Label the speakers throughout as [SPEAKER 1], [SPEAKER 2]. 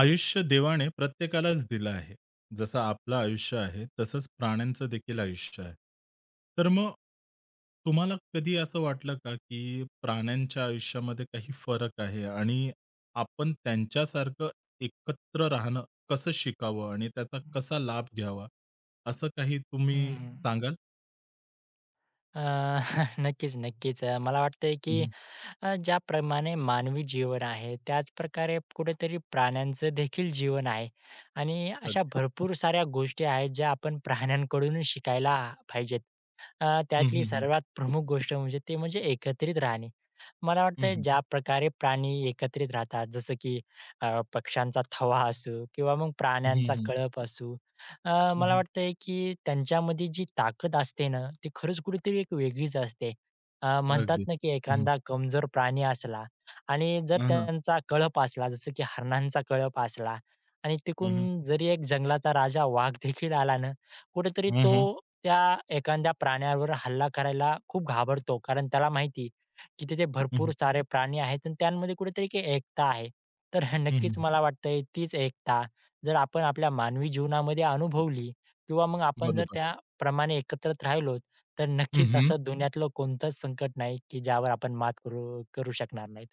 [SPEAKER 1] आयुष्य देवाने प्रत्येकालाच दिलं आहे. जसं आपलं आयुष्य आहे, तसंच प्राण्यांचं देखील आयुष्य आहे. तर मग तुम्हाला कधी असं वाटलं का, की प्राण्यांच्या आयुष्यामध्ये काही फरक आहे आणि आपण त्यांच्यासारखं एकत्र राहणं कसं शिकावं आणि त्याचा
[SPEAKER 2] हं,
[SPEAKER 1] कसा लाभ घ्यावा? असं काही तुम्ही
[SPEAKER 2] हं.
[SPEAKER 1] सांगाल?
[SPEAKER 2] अ, नक्कीच, नक्कीच. मला वाटतंय की
[SPEAKER 1] हं,
[SPEAKER 2] ज्याप्रमाणे मानवी जीवन आहे, त्याच प्रकारे कुठेतरी प्राण्यांचं देखील जीवन आहे आणि अशा
[SPEAKER 1] अगदी.
[SPEAKER 2] भरपूर साऱ्या गोष्टी आहेत, ज्या आपण प्राण्यांकडूनच शिकायला पाहिजेत.
[SPEAKER 1] हं,
[SPEAKER 2] त्यातली
[SPEAKER 1] हं, हं.
[SPEAKER 2] सर्वात प्रमुख गोष्ट म्हणजे एकत्रित राहणे. मला
[SPEAKER 1] हं,
[SPEAKER 2] वाटतंय
[SPEAKER 1] हं.
[SPEAKER 2] ज्या प्रकारे प्राणी एकत्रित राहतात, जसं की पक्ष्यांचा थवा असू किंवा मग प्राण्यांचा
[SPEAKER 1] हं,
[SPEAKER 2] कळप असू, मला वाटतंय की त्यांच्यामध्ये जी ताकद असते ना, ती खरंच कुठेतरी एक वेगळीच असते. म्हणतात
[SPEAKER 1] अगदी.
[SPEAKER 2] ना, की
[SPEAKER 1] हं, हं.
[SPEAKER 2] एखादा कमजोर प्राणी असला आणि जर
[SPEAKER 1] हां, हां.
[SPEAKER 2] त्यांचा कळप असला, जसं की हरणांचा कळप असला आणि
[SPEAKER 1] हं, हं.
[SPEAKER 2] तिकडून जरी एक जंगलाचा राजा वाघ देखील आला ना, कुठेतरी तो
[SPEAKER 1] हं,
[SPEAKER 2] त्या एखाद्या प्राण्यावर हल्ला करायला खूप घाबरतो. कारण त्याला माहिती, की तिथे भरपूर सारे प्राणी आहेत आणि त्यांमध्ये कुठेतरी एक एकता आहे. तर हे नक्कीच मला वाटतंय तीच एकता जर आपण आपल्या मानवी जीवनामध्ये अनुभवली किंवा मग आपण जर
[SPEAKER 1] बरोबर.
[SPEAKER 2] त्याप्रमाणे एकत्रित राहिलो, तर नक्कीच असं दुनियातलं कोणतंच संकट नाही, की ज्यावर आपण मात करू करू शकणार नाहीत.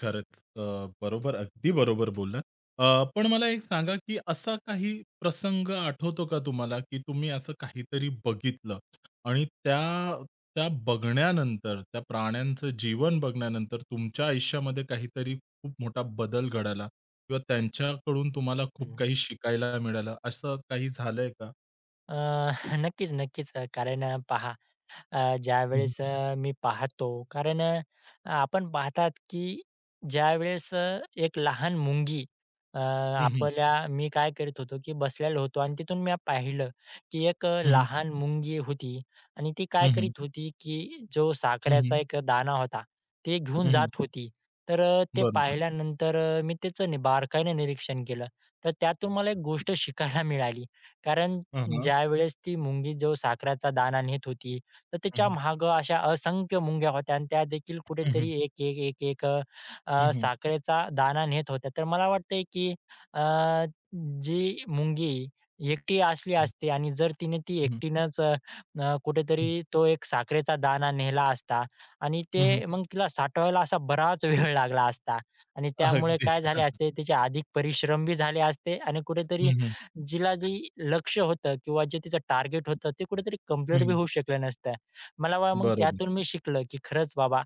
[SPEAKER 1] खरंच. अ, बरोबर, अगदी बरोबर बोललात. पण मला एक सांगा, की असा काही प्रसंग आठवतो का तुम्हाला, की तुम्ही असं काहीतरी बघितलं आणि त्या त्या बघण्यानंतर, त्या प्राण्यांचं जीवन बघण्यानंतर तुमच्या आयुष्यामध्ये काहीतरी खूप मोठा बदल घडला किंवा त्यांच्याकडून तुम्हाला खूप
[SPEAKER 2] हं.
[SPEAKER 1] काही शिकायला मिळालं, असं काही झालंय का?
[SPEAKER 2] अ, नक्कीच, नक्कीच. पहा
[SPEAKER 1] हं,
[SPEAKER 2] ज्यावेळेस मी पाहतो आपण पाहतात की ज्यावेळेस एक लहान मुंगी अ,
[SPEAKER 1] हं.
[SPEAKER 2] आपल्या मी काय करत होतो की बसलेलो होतो आणि तिथून मी पाहिलं की एक
[SPEAKER 1] हं, हं.
[SPEAKER 2] लहान मुंगी होती आणि ती काय
[SPEAKER 1] हं, हं.
[SPEAKER 2] करीत होती की जो साखरेचा एक दाणा होता ते घेऊन जात होती. तर ते
[SPEAKER 1] बरोबर.
[SPEAKER 2] पाहिल्यानंतर मी त्याचं नि बारकाईने निरीक्षण केलं. तर त्यातून मला एक गोष्ट शिकायला मिळाली. कारण
[SPEAKER 1] हां, हां.
[SPEAKER 2] ज्यावेळेस ती मुंगी जो साखरेचा दाणा नेत होती तर
[SPEAKER 1] हं,
[SPEAKER 2] त्याच्या
[SPEAKER 1] हं.
[SPEAKER 2] मागं अशा असंख्य मुंग्या होत्या आणि त्या देखील
[SPEAKER 1] हं, हं.
[SPEAKER 2] कुठेतरी एक एक एक एक अ,
[SPEAKER 1] हं,
[SPEAKER 2] अ,
[SPEAKER 1] हं.
[SPEAKER 2] साखरेचा दाणा नेत होत्या. तर मला वाटतंय की अ, जी मुंगी एकटी असली असती आणि जर तिने ती एकटीनंच अ, अ, कुठेतरी तो एक साखरेचा दाणा नेला असता आणि ते मग तिला साठवायला असा बराच वेळ लागला असता आणि त्यामुळे
[SPEAKER 1] अगदीच.
[SPEAKER 2] काय झाले असते, तिचे अधिक परिश्रम बी झाले असते आणि कुठेतरी
[SPEAKER 1] हं, हं.
[SPEAKER 2] जिला जे लक्ष्य होतं किंवा जे तिचं टार्गेट होतं ते कुठेतरी कंप्लीट
[SPEAKER 1] हं,
[SPEAKER 2] बी
[SPEAKER 1] हं.
[SPEAKER 2] होऊ शकलं नसतं. मला वा मग
[SPEAKER 1] बरोबर.
[SPEAKER 2] त्यातून मी शिकलं, की खरंच बाबा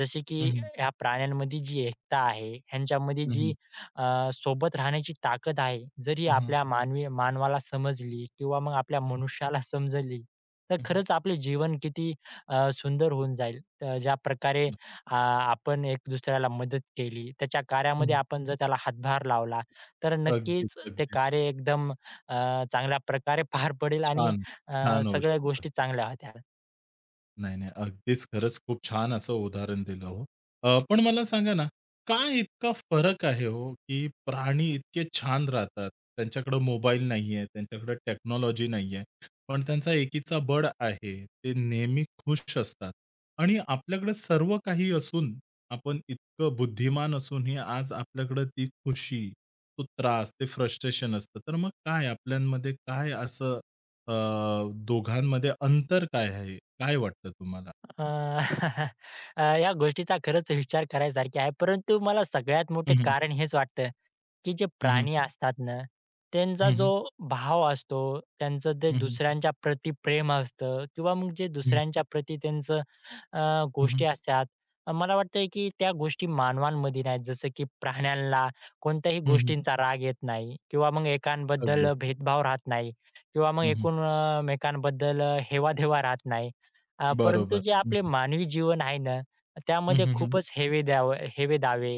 [SPEAKER 2] जसे की
[SPEAKER 1] हं, हं.
[SPEAKER 2] ह्या प्राण्यांमध्ये जी एकता आहे, ह्यांच्यामध्ये
[SPEAKER 1] हं,
[SPEAKER 2] जी
[SPEAKER 1] हं.
[SPEAKER 2] सोबत राहण्याची ताकद आहे, जर ही
[SPEAKER 1] हं, हं.
[SPEAKER 2] आपल्या मानवाला समजली किंवा मग आपल्या मनुष्याला समजली, तर
[SPEAKER 1] हं, हं.
[SPEAKER 2] खरंच आपले जीवन किती सुंदर होऊन जाईल. तर ज्या प्रकारे आपण एक दुसऱ्याला मदत केली, त्याच्या कार्यामध्ये
[SPEAKER 1] हं,
[SPEAKER 2] आपण जर त्याला हातभार लावला, तर नक्कीच
[SPEAKER 1] अगदीच,
[SPEAKER 2] ते
[SPEAKER 1] अगदीच.
[SPEAKER 2] कार्य एकदम चांगल्या प्रकारे पार पडेल आणि
[SPEAKER 1] छान, छान होऊ
[SPEAKER 2] सगळ्या
[SPEAKER 1] शकतं.
[SPEAKER 2] गोष्टी चांगल्या होत्या.
[SPEAKER 1] नाही, नाही. अगदीच खरंच खूप छान असं उदाहरण दिलं हो. पण मला सांगा ना, काय इतका फरक आहे हो, की प्राणी इतके छान राहतात. त्यांच्याकडे मोबाईल नाहीये, त्यांच्याकडे टेक्नॉलॉजी नाहीये, पण त्यांचा एकीचा बळ आहे. ते नेहमी खुश असतात आणि आपल्याकडे सर्व काही असून, आपण इतकं बुद्धिमान असूनही आज आपल्याकडे ती खुशी, तो त्रास, ते फ्रस्ट्रेशन असतं. तर मग काय आपल्यामध्ये काय असं अ, दोघांमध्ये अंतर काय आहे? काय वाटतं तुम्हाला?
[SPEAKER 2] अ, या गोष्टीचा खरंच विचार करायसारखी आहे. परंतु मला सगळ्यात
[SPEAKER 1] हं,
[SPEAKER 2] मोठे
[SPEAKER 1] हं.
[SPEAKER 2] कारण हेच वाटतं, की जे
[SPEAKER 1] हं, हं.
[SPEAKER 2] प्राणी असतात ना, त्यांचा
[SPEAKER 1] हं,
[SPEAKER 2] जो
[SPEAKER 1] हं.
[SPEAKER 2] भाव असतो, त्यांचं ते
[SPEAKER 1] हं, हं.
[SPEAKER 2] दुसऱ्यांच्या प्रती प्रेम असतं किंवा मग जे
[SPEAKER 1] हं,
[SPEAKER 2] दुसऱ्यांच्या प्रती त्यांचं
[SPEAKER 1] हं, हं.
[SPEAKER 2] गोष्टी असतात. मला वाटतंय, की त्या गोष्टी मानवांमध्ये नाहीत. जसं की प्राण्यांना कोणत्याही
[SPEAKER 1] हं,
[SPEAKER 2] गोष्टींचा राग येत नाही किंवा मग
[SPEAKER 1] अगदी.
[SPEAKER 2] एकांबद्दल भेदभाव राहत नाही किंवा मग
[SPEAKER 1] हं, हं.
[SPEAKER 2] एकूण एकमेकांबद्दल हेवा-देवा राहत नाही. परंतु
[SPEAKER 1] बरोबर.
[SPEAKER 2] जे आपले मानवी जीवन आहे ना,
[SPEAKER 1] हं,
[SPEAKER 2] त्यामध्ये
[SPEAKER 1] हं.
[SPEAKER 2] खूपच हेवे दावे,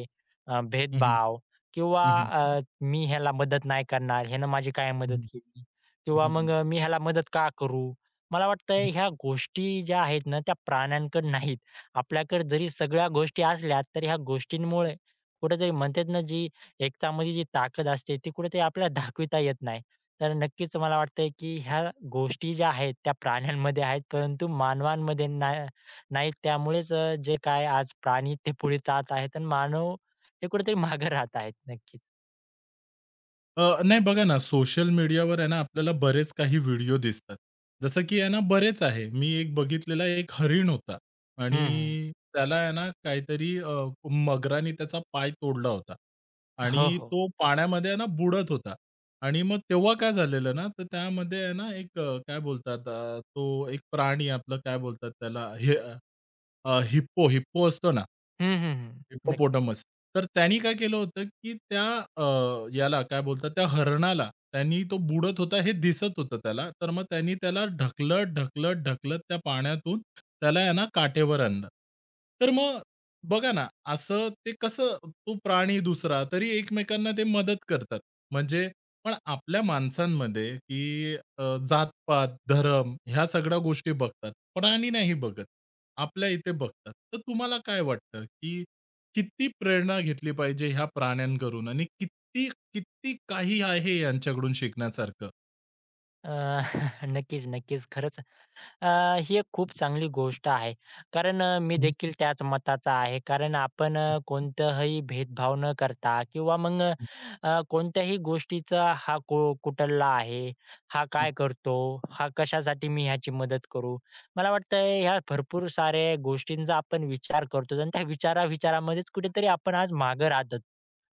[SPEAKER 1] हं, हं.
[SPEAKER 2] भेदभाव किंवा
[SPEAKER 1] हं, हं.
[SPEAKER 2] मी ह्याला मदत नाही करणार, ह्यानं माझी काय
[SPEAKER 1] हं,
[SPEAKER 2] मदत
[SPEAKER 1] हं.
[SPEAKER 2] केली? किंवा मग
[SPEAKER 1] हं,
[SPEAKER 2] मी ह्याला मदत का करू? मला
[SPEAKER 1] हं.
[SPEAKER 2] वाटतंय ह्या गोष्टी ज्या आहेत ना, त्या प्राण्यांकडे नाहीत. आपल्याकडे जरी सगळ्या गोष्टी असल्या, तर ह्या गोष्टींमुळे कुठेतरी म्हणतात ना, जी एकतामध्ये जी ताकद असते, ती कुठेतरी आपल्याला दाखविता येत नाही. तर नक्कीच मला वाटतंय की ह्या गोष्टी ज्या आहेत त्या प्राण्यांमध्ये आहेत, परंतु मानवांमध्ये नाहीत. त्यामुळेच जे काय आज प्राणी ते पुढे जात आहेत आणि मानव ते कुठेतरी मागे राहत आहेत. नक्कीच.
[SPEAKER 1] नाही बघा ना, सोशल मीडियावर आहे ना, आपल्याला बरेच काही व्हिडिओ दिसतात. जसं की आहे ना, बरेच आहे. मी एक बघितलेला एक हरीण होता आणि
[SPEAKER 2] हं, हं.
[SPEAKER 1] त्याला आहे ना, काहीतरी मगराने त्याचा पाय तोडला होता
[SPEAKER 2] हो,
[SPEAKER 1] आणि
[SPEAKER 2] हो.
[SPEAKER 1] तो पाण्यामध्ये आहे ना, बुडत होता आणि मग तेव्हा काय झालेलं ना, तर त्यामध्ये आहे ना, एक काय बोलतात तो एक प्राणी आपलं काय बोलतात त्याला? हे हिप्पो असतो ना.
[SPEAKER 2] हं, हं, हं. नक्की.
[SPEAKER 1] हिप्पोपोटामस. तर त्यांनी काय केलं होतं, की त्या अ, याला काय बोलतात, त्या हरणाला त्यांनी तो बुडत होता हे दिसत होतं त्याला. तर मग त्यांनी त्याला ढकलत, ढकलत, ढकलत त्या पाण्यातून त्याला आहे ना काठेवर आणलं. तर मग बघा ना, असं ते कसं तो प्राणी दुसरा तरी एकमेकांना ते मदत करतात. म्हणजे पण आपल्या माणसांमध्ये, की जात धर्म ह्या सगळ्या गोष्टी बघतात. प्राणी नाही बघत. आपल्या इथे बघतात. तर तुम्हाला काय वाटतं, की किती प्रेरणा घेतली पाहिजे ह्या प्राण्यांकडून आणि किती, किती काही आहे यांच्याकडून शिकण्यासारखं?
[SPEAKER 2] अ, नक्कीच, नक्कीच. खरंच ही एक खूप चांगली गोष्ट आहे. कारण मी
[SPEAKER 1] हं,
[SPEAKER 2] देखील त्याच मताचा आहे. कारण आपण
[SPEAKER 1] हं,
[SPEAKER 2] कोणताही भेदभाव न करता किंवा मग अ,
[SPEAKER 1] हं,
[SPEAKER 2] अ, कोणत्याही गोष्टीचा हा कुठला आहे, हा
[SPEAKER 1] हं.
[SPEAKER 2] काय करतो, हा कशासाठी मी ह्याची मदत करू. मला वाटतंय ह्या भरपूर साऱ्या गोष्टींचा आपण विचार करतो आणि त्या विचारा-विचारामध्येच कुठेतरी आपण आज मागे राहतो.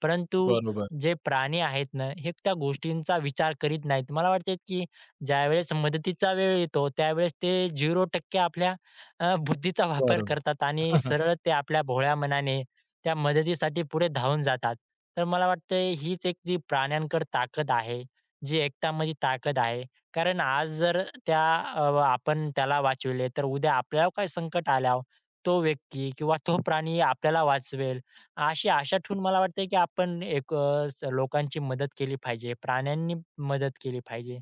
[SPEAKER 2] परंतु
[SPEAKER 1] बरोबर,
[SPEAKER 2] जे प्राणी आहेत ना, हे त्या गोष्टींचा विचार करीत नाहीत. मला वाटते की ज्यावेळेस मदतीचा वेळ येतो, त्यावेळेस ते 0% आपल्या बुद्धीचा वापर
[SPEAKER 1] बरोबर.
[SPEAKER 2] करतात आणि सरळ ते आपल्या भोळ्या मनाने त्या मदतीसाठी पुढे धावून जातात. तर मला वाटतंय हीच एक जी प्राण्यांकड ताकद आहे, जी एकतामध्ये ताकद आहे. कारण आज जर त्या अ, आपण त्याला वाचविले, तर उद्या आपल्यावर काही संकट आल्यावर तो व्यक्ती किंवा तो प्राणी आपल्याला वाचवेल. अशी आशा ठेवून मला वाटतंय की आपण एक लोकांची मदत केली पाहिजे, प्राण्यांनी मदत केली पाहिजे.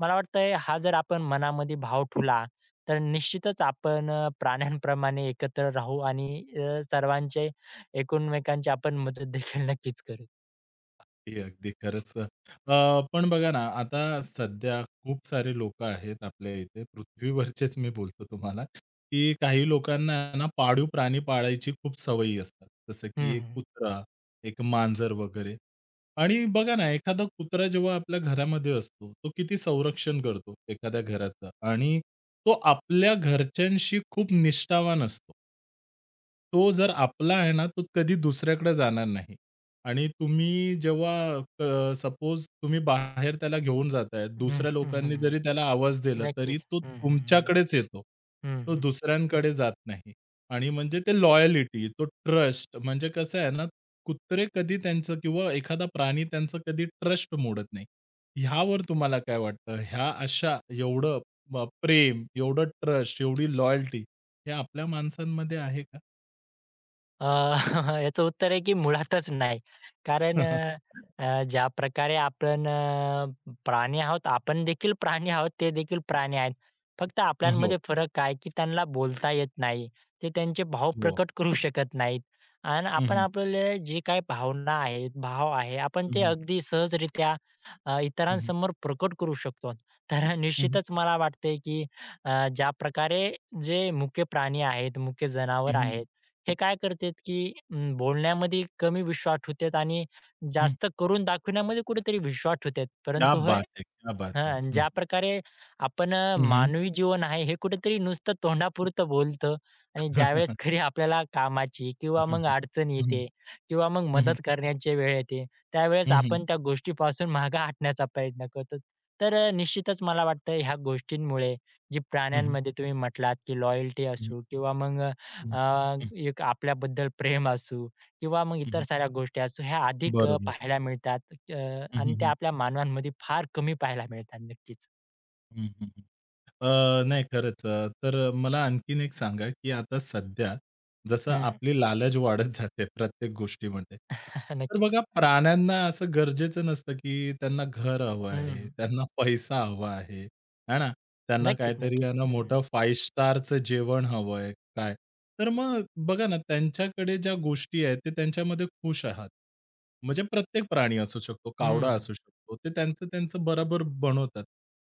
[SPEAKER 2] मला वाटतंय हा जर आपण मनामध्ये भाव ठेवला तर निश्चितच आपण प्राण्यांप्रमाणे एकत्र राहू आणि सर्वांचे एकमेकांची आपण मदत देखील नक्कीच करू.
[SPEAKER 1] ते अगदी खरंच. पण बघा ना, आता सध्या खूप सारे लोकं आहेत आपल्या इथे पृथ्वीवरचेच मी बोलतो तुम्हाला, की काही लोकांना आहे ना पाळीव प्राणी पाळायची खूप सवयी असतात. जसं
[SPEAKER 2] हं,
[SPEAKER 1] की एक
[SPEAKER 2] हं.
[SPEAKER 1] कुत्रा, एक मांजर वगैरे. आणि बघा ना, एखादा कुत्रा जेव्हा आपल्या घरामध्ये असतो, तो किती संरक्षण करतो एखाद्या घराचं आणि तो आपल्या घरच्यांशी खूप निष्ठावान असतो. तो जर आपला आहे ना, तो कधी दुसऱ्याकडे जाणार नाही. आणि तुम्ही जेव्हा सपोज तुम्ही बाहेर त्याला घेऊन जाताय,
[SPEAKER 2] हं,
[SPEAKER 1] दुसऱ्या
[SPEAKER 2] हं,
[SPEAKER 1] लोकांनी
[SPEAKER 2] हं.
[SPEAKER 1] जरी त्याला आवाज दिला, तरी
[SPEAKER 2] नक्कीच.
[SPEAKER 1] तो
[SPEAKER 2] हं, हं,
[SPEAKER 1] तुमच्याकडेच येतो.
[SPEAKER 2] हं.
[SPEAKER 1] तो
[SPEAKER 2] हं,
[SPEAKER 1] दुसऱ्यांकडे जात नाही आणि म्हणजे ते लॉयलिटी तो ट्रस्ट म्हणजे कसं आहे ना, कुत्रे कधी त्यांचं किंवा एखादा प्राणी त्यांचं कधी ट्रस्ट मोडत नाही. ह्यावर तुम्हाला काय वाटतं? ह्या अशा एवढं प्रेम, एवढं ट्रस्ट, एवढी लॉयॅलिटी हे आपल्या माणसांमध्ये आहे का?
[SPEAKER 2] अ, याचं उत्तर आहे की मुळातच नाही. कारण अ, ज्या प्रकारे आपण प्राणी आहोत, आपण देखील प्राणी आहोत, ते देखील प्राणी आहेत. फक्त
[SPEAKER 1] हो,
[SPEAKER 2] आपल्यामध्ये फरक काय की त्यांना बोलता येत नाही. ते त्यांचे भाव
[SPEAKER 1] हो.
[SPEAKER 2] प्रकट करू शकत नाहीत. आणि
[SPEAKER 1] हं,
[SPEAKER 2] आपण
[SPEAKER 1] हं.
[SPEAKER 2] आपले जे काही भावना आहेत, भाव आहे, आपण ते
[SPEAKER 1] हं,
[SPEAKER 2] अगदी सहजरित्या इतरांसमोर प्रकट करू शकतो. तर
[SPEAKER 1] हुँ, हुँ।
[SPEAKER 2] निश्चितच मला वाटतंय की ज्या प्रकारे जे मुके प्राणी आहेत, मुके
[SPEAKER 1] हुँ,
[SPEAKER 2] जनावर
[SPEAKER 1] हुँ,
[SPEAKER 2] आहेत हे काय करतात, की बोलण्यामध्ये कमी विश्वास ठेवतात आणि
[SPEAKER 1] हुँ हुँ
[SPEAKER 2] जास्त करून दाखवण्यामध्ये कुठेतरी विश्वास ठेवतात.
[SPEAKER 1] क्या
[SPEAKER 2] परंतु हे
[SPEAKER 1] बात है! क्या बात
[SPEAKER 2] हां,
[SPEAKER 1] है!
[SPEAKER 2] आणि
[SPEAKER 1] हुँ,
[SPEAKER 2] ज्या प्रकारे आपण
[SPEAKER 1] हुँ, हुँ,
[SPEAKER 2] मानवी जीवन आहे हे कुठेतरी नुसतं तोंडापुरतं बोलतो आणि ज्यावेळेस खरी आपल्याला कामाची
[SPEAKER 1] हुँ,
[SPEAKER 2] किंवा
[SPEAKER 1] हुँ,
[SPEAKER 2] मग अडचण
[SPEAKER 1] हुँ, हुँ,
[SPEAKER 2] येते किंवा मग
[SPEAKER 1] हुँ, हुँ,
[SPEAKER 2] मदत करण्याची वेळ येते, त्यावेळेस
[SPEAKER 1] हुँ, हुँ,
[SPEAKER 2] आपण त्या गोष्टीपासून मागे हटण्याचा प्रयत्न करतो. तर निश्चितच मला वाटतं ह्या गोष्टींमुळे जी
[SPEAKER 1] हुँ,
[SPEAKER 2] प्राण्यांमध्ये तुम्ही म्हटलात, की लॉयल्टी
[SPEAKER 1] हुँ,
[SPEAKER 2] असू किंवा मग
[SPEAKER 1] हुँ, हुँ,
[SPEAKER 2] एक आपल्याबद्दल प्रेम असू किंवा मग इतर
[SPEAKER 1] हुँ,
[SPEAKER 2] साऱ्या गोष्टी असो ह्या अधिक
[SPEAKER 1] बरोबर.
[SPEAKER 2] पाहायला मिळतात
[SPEAKER 1] हं,
[SPEAKER 2] आणि
[SPEAKER 1] हं,
[SPEAKER 2] त्या
[SPEAKER 1] हं,
[SPEAKER 2] आपल्या मानवांमध्ये फार कमी पाहायला मिळतात. नक्कीच.
[SPEAKER 1] हं, हं, हं. नाही खरंच तर मला आणखीन एक सांगा, की आता सध्या जसं
[SPEAKER 2] हं, हं.
[SPEAKER 1] आपली लालच वाढत जाते प्रत्येक गोष्टीमध्ये. तर
[SPEAKER 2] नक्कीच.
[SPEAKER 1] बघा प्राण्यांना असं गरजेचं नसतं, की त्यांना घर हवं
[SPEAKER 2] हं,
[SPEAKER 1] आहे,
[SPEAKER 2] हं.
[SPEAKER 1] त्यांना पैसा हवा आहे, है ना? त्यांना
[SPEAKER 2] नक्कीच,
[SPEAKER 1] काहीतरी
[SPEAKER 2] नक्कीच.
[SPEAKER 1] यांना
[SPEAKER 2] हं, हं.
[SPEAKER 1] मोठं 5 स्टारचं जेवण हवंय. काय? तर मग बघा ना, त्यांच्याकडे ज्या गोष्टी आहेत, ते त्यांच्यामध्ये खुश आहात. म्हणजे प्रत्येक प्राणी असू शकतो, कावडा
[SPEAKER 2] हं,
[SPEAKER 1] असू शकतो. ते त्यांचं-त्यांचं बरोबर बनवतात.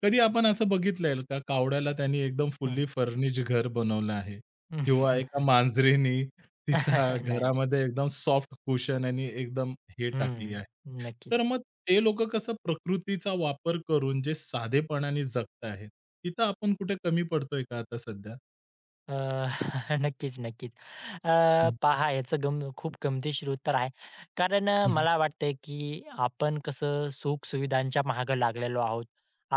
[SPEAKER 1] कधी आपण असं बघितलंय का कावड्याला त्यांनी एकदम
[SPEAKER 2] हं.
[SPEAKER 1] फुल्ली फर्निश्ड घर बनवलं आहे किंवा एका
[SPEAKER 2] नक्कीच.
[SPEAKER 1] मांजरीनी तिचा
[SPEAKER 2] नाही, नाही.
[SPEAKER 1] घरामध्ये एकदम सॉफ्ट कुशन आणि एकदम हे टाकली
[SPEAKER 2] हं.
[SPEAKER 1] आहे. तर
[SPEAKER 2] नक्कीच.
[SPEAKER 1] मग ते लोकं कसं प्रकृतीचा वापर करून जे साधेपणाने जगत आहेत, तिथं आपण कुठे कमी पडतोय का आता सध्या?
[SPEAKER 2] अ, नक्कीच, नक्कीच. अ,
[SPEAKER 1] हं.
[SPEAKER 2] पहा याचं खूप गमतीशीर उत्तर आहे. कारण
[SPEAKER 1] हं,
[SPEAKER 2] मला वाटतंय, की आपण कसं सुख-सुविधांच्या मागं लागलेलो आहोत.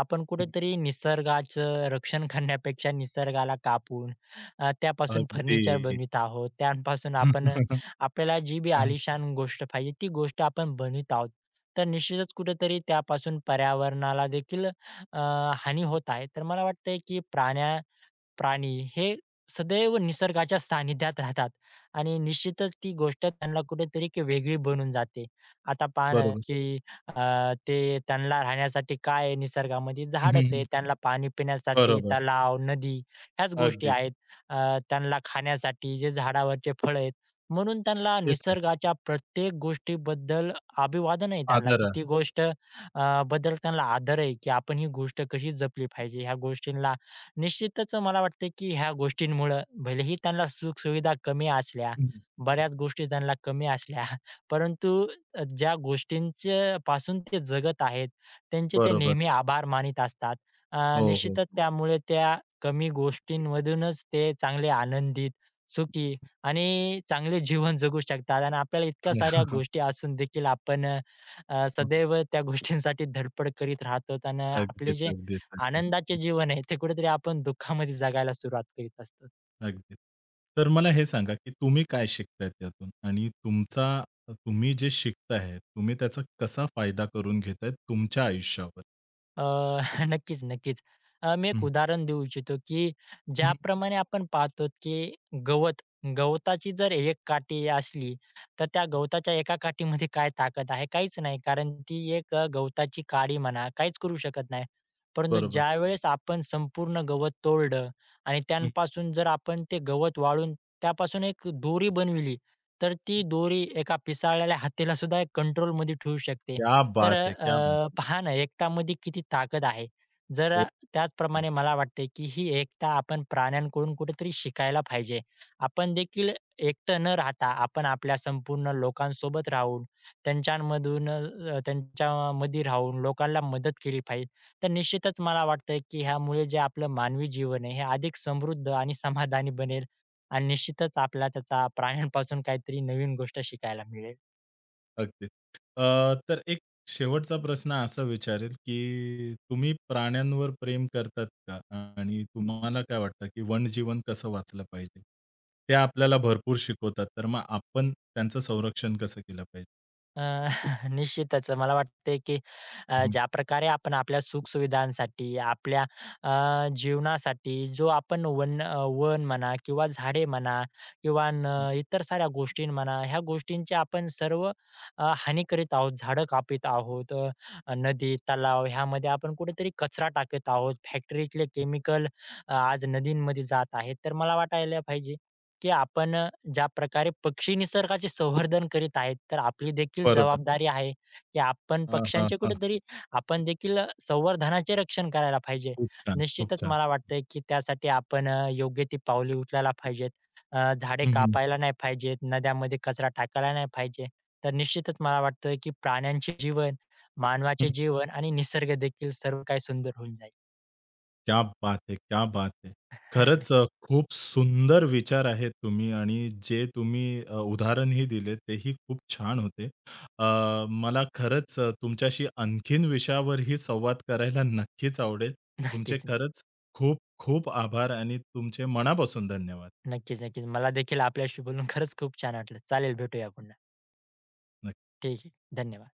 [SPEAKER 2] आपण कुठेतरी निसर्गाचं रक्षण करण्यापेक्षा निसर्गाला कापून त्यापासून फर्निचर
[SPEAKER 1] अगदी.
[SPEAKER 2] बनवीत आहोत. त्यापासून आपण आपल्याला जी बी आलिशान गोष्ट पाहिजे, ती गोष्ट आपण बनवीत आहोत. तर निश्चितच कुठेतरी त्यापासून पर्यावरणाला देखील हानी होत आहे. तर मला वाटतंय, की प्राणी हे सदैव निसर्गाच्या सानिध्यात राहतात आणि निश्चितच ती गोष्ट त्यांना कुठेतरी एक वेगळी बनून जाते. आता पान ना,
[SPEAKER 1] बरोबर.
[SPEAKER 2] की ते त्यांना राहण्यासाठी काय आहे निसर्गामध्ये
[SPEAKER 1] हं,
[SPEAKER 2] झाडच आहे.
[SPEAKER 1] हं,
[SPEAKER 2] त्यांना पाणी पिण्यासाठी
[SPEAKER 1] बरोबर.
[SPEAKER 2] तलाव, नदी ह्याच गोष्टी
[SPEAKER 1] अगदीच.
[SPEAKER 2] आहेत. त्यांना खाण्यासाठी जे झाडावरचे फळ आहेत. म्हणून त्यांना
[SPEAKER 1] तेच आहे.
[SPEAKER 2] निसर्गाच्या प्रत्येक गोष्टीबद्दल अभिवादन आहे त्यांना,
[SPEAKER 1] आदर
[SPEAKER 2] की
[SPEAKER 1] आहे.
[SPEAKER 2] ती गोष्ट बद्दल त्यांना आदर आहे, की आपण ही गोष्ट कशी जपली पाहिजे. ह्या गोष्टींना निश्चितच मला वाटतं, की ह्या गोष्टींमुळं भलेही त्यांना सुख-सुविधा कमी असल्या,
[SPEAKER 1] हं, हं.
[SPEAKER 2] बऱ्याच गोष्टी त्यांना कमी असल्या, परंतु ज्या गोष्टींच्या पासून ते जगत आहेत, त्यांचे ते
[SPEAKER 1] बरोबर.
[SPEAKER 2] नेहमी आभार मानित असतात.
[SPEAKER 1] हो, हो.
[SPEAKER 2] निश्चितच
[SPEAKER 1] हां,
[SPEAKER 2] त्यामुळे त्या कमी गोष्टींमधूनच ते चांगले आनंदित, सुखी आणि चांगले जीवन जगू शकतात आणि आपल्याला इतक्या साऱ्या गोष्टी असून देखील आपण सदैव त्या गोष्टींसाठी धडपड करीत राहतो आणि आपले
[SPEAKER 1] अगदीच,
[SPEAKER 2] जे
[SPEAKER 1] अगदीच, अगदीच.
[SPEAKER 2] आनंदाचे जीवन आहे, ते कुठेतरी आपण दुःखामध्ये जगायला सुरुवात करीत असतो.
[SPEAKER 1] अगदीच. तर मला हे सांगा, की तुम्ही काय शिकताय त्यातून? आणि तुमचा तुम्ही जे शिकताय, तुम्ही त्याचा कसा फायदा करून घेताय तुमच्या आयुष्यावर?
[SPEAKER 2] अ, नक्कीच, नक्कीच. मी एक
[SPEAKER 1] हं,
[SPEAKER 2] उदाहरण देऊ इच्छितो, की
[SPEAKER 1] हं.
[SPEAKER 2] ज्याप्रमाणे आपण पाहतो, की गवत गवताची जर एक काठी असली, तर त्या गवताच्या एका काठीमध्ये काय ताकद आहे? काहीच नाही. कारण ती एक गवताची काडी म्हणा, काहीच करू शकत नाही. परंतु
[SPEAKER 1] बरोबर.
[SPEAKER 2] ज्यावेळेस आपण संपूर्ण गवत तोडलं आणि
[SPEAKER 1] हं,
[SPEAKER 2] त्यापासून जर आपण ते गवत वाळून त्यापासून एक दोरी बनविली, तर ती दोरी एका पिसाळलेल्या हत्तीला सुद्धा एक कंट्रोलमध्ये ठेवू शकते.
[SPEAKER 1] क्या
[SPEAKER 2] तर
[SPEAKER 1] बात है! क्या बात है!
[SPEAKER 2] पहा ना एकतामध्ये किती ताकद आहे. जर
[SPEAKER 1] हो, हो.
[SPEAKER 2] त्याचप्रमाणे मला वाटते, की ही एकता आपण प्राण्यांकडून कुठेतरी शिकायला पाहिजे. आपण देखील एकटं न राहता आपण आपल्या संपूर्ण लोकांसोबत राहून, त्यांच्यामध्ये राहून लोकांना मदत केली पाहिजे. तर निश्चितच मला वाटतं, की ह्यामुळे जे आपलं मानवी जीवन आहे हे अधिक समृद्ध आणि समाधानी बनेल आणि निश्चितच आपल्याला त्याचा प्राण्यांपासून काहीतरी नवीन गोष्ट शिकायला मिळेल.
[SPEAKER 1] अगदीच. अ, तर एक शेवटचा प्रश्न असा विचारेल, की तुम्ही प्राण्यांवर प्रेम करतात का? आणि तुम्हाला काय वाटतं, की वनजीवन कसं वाचलं पाहिजे? ते आपल्याला भरपूर शिकवतात. तर मग आपण त्यांचं संरक्षण कसं केलं पाहिजे?
[SPEAKER 2] अ, निश्चितच मला वाटतंय, की
[SPEAKER 1] हं,
[SPEAKER 2] ज्या प्रकारे आपण आपल्या सुख आपल्या अ, जीवनासाठी जो आपण वन म्हणा किंवा झाडे म्हणा किंवा
[SPEAKER 1] हं.
[SPEAKER 2] इतर साऱ्या गोष्टी म्हणा, ह्या गोष्टींची आपण सर्व हानी करीत आहोत. झाडं कापीत आहोत, नदी, तलाव ह्यामध्ये आपण कुठेतरी कचरा टाकत आहोत. फॅक्टरीतले केमिकल आज नदींमध्ये जात आहेत. तर मला वाटायला पाहिजे, की आपण ज्याप्रकारे पक्षी निसर्गाचे संवर्धन करीत आहेत, तर आपली देखील
[SPEAKER 1] बरोबर.
[SPEAKER 2] जबाबदारी आहे, की आपण
[SPEAKER 1] हां, हां,
[SPEAKER 2] पक्ष्यांचे
[SPEAKER 1] हां.
[SPEAKER 2] कुठेतरी आपण देखील संवर्धनाचे रक्षण करायला पाहिजे.
[SPEAKER 1] खूप छान, खूप
[SPEAKER 2] निश्चितच
[SPEAKER 1] छान.
[SPEAKER 2] मला वाटतंय, की त्यासाठी आपण योग्य ती पावले उचलायला पाहिजेत. झाडे
[SPEAKER 1] हं,
[SPEAKER 2] कापायला नाही पाहिजेत, नद्यांमध्ये कचरा टाकायला नाही पाहिजे. तर निश्चितच मला वाटतं, की प्राण्यांचे जीवन, मानवाचे जीवन आणि निसर्ग देखील सर्व काही सुंदर होऊन जाईल.
[SPEAKER 1] क्या बात है! क्या बात है! खरंच खूप सुंदर विचार आहेत तुम्ही आणि जे तुम्ही उदाहरणही दिले तेही खूप छान होते. मला खरंच तुमच्याशी आणखीन विषयावरही संवाद करायला नक्कीच आवडेल. तुमचे
[SPEAKER 2] नक्कीच,
[SPEAKER 1] खरंच खूप खूप आभार आणि तुमचे मनापासून धन्यवाद.
[SPEAKER 2] नक्कीच, नक्कीच. मला देखील आपल्याशी बोलून खरंच खूप छान वाटलं. चालेल, भेटूया पुन्हा. ठीक आहे. धन्यवाद.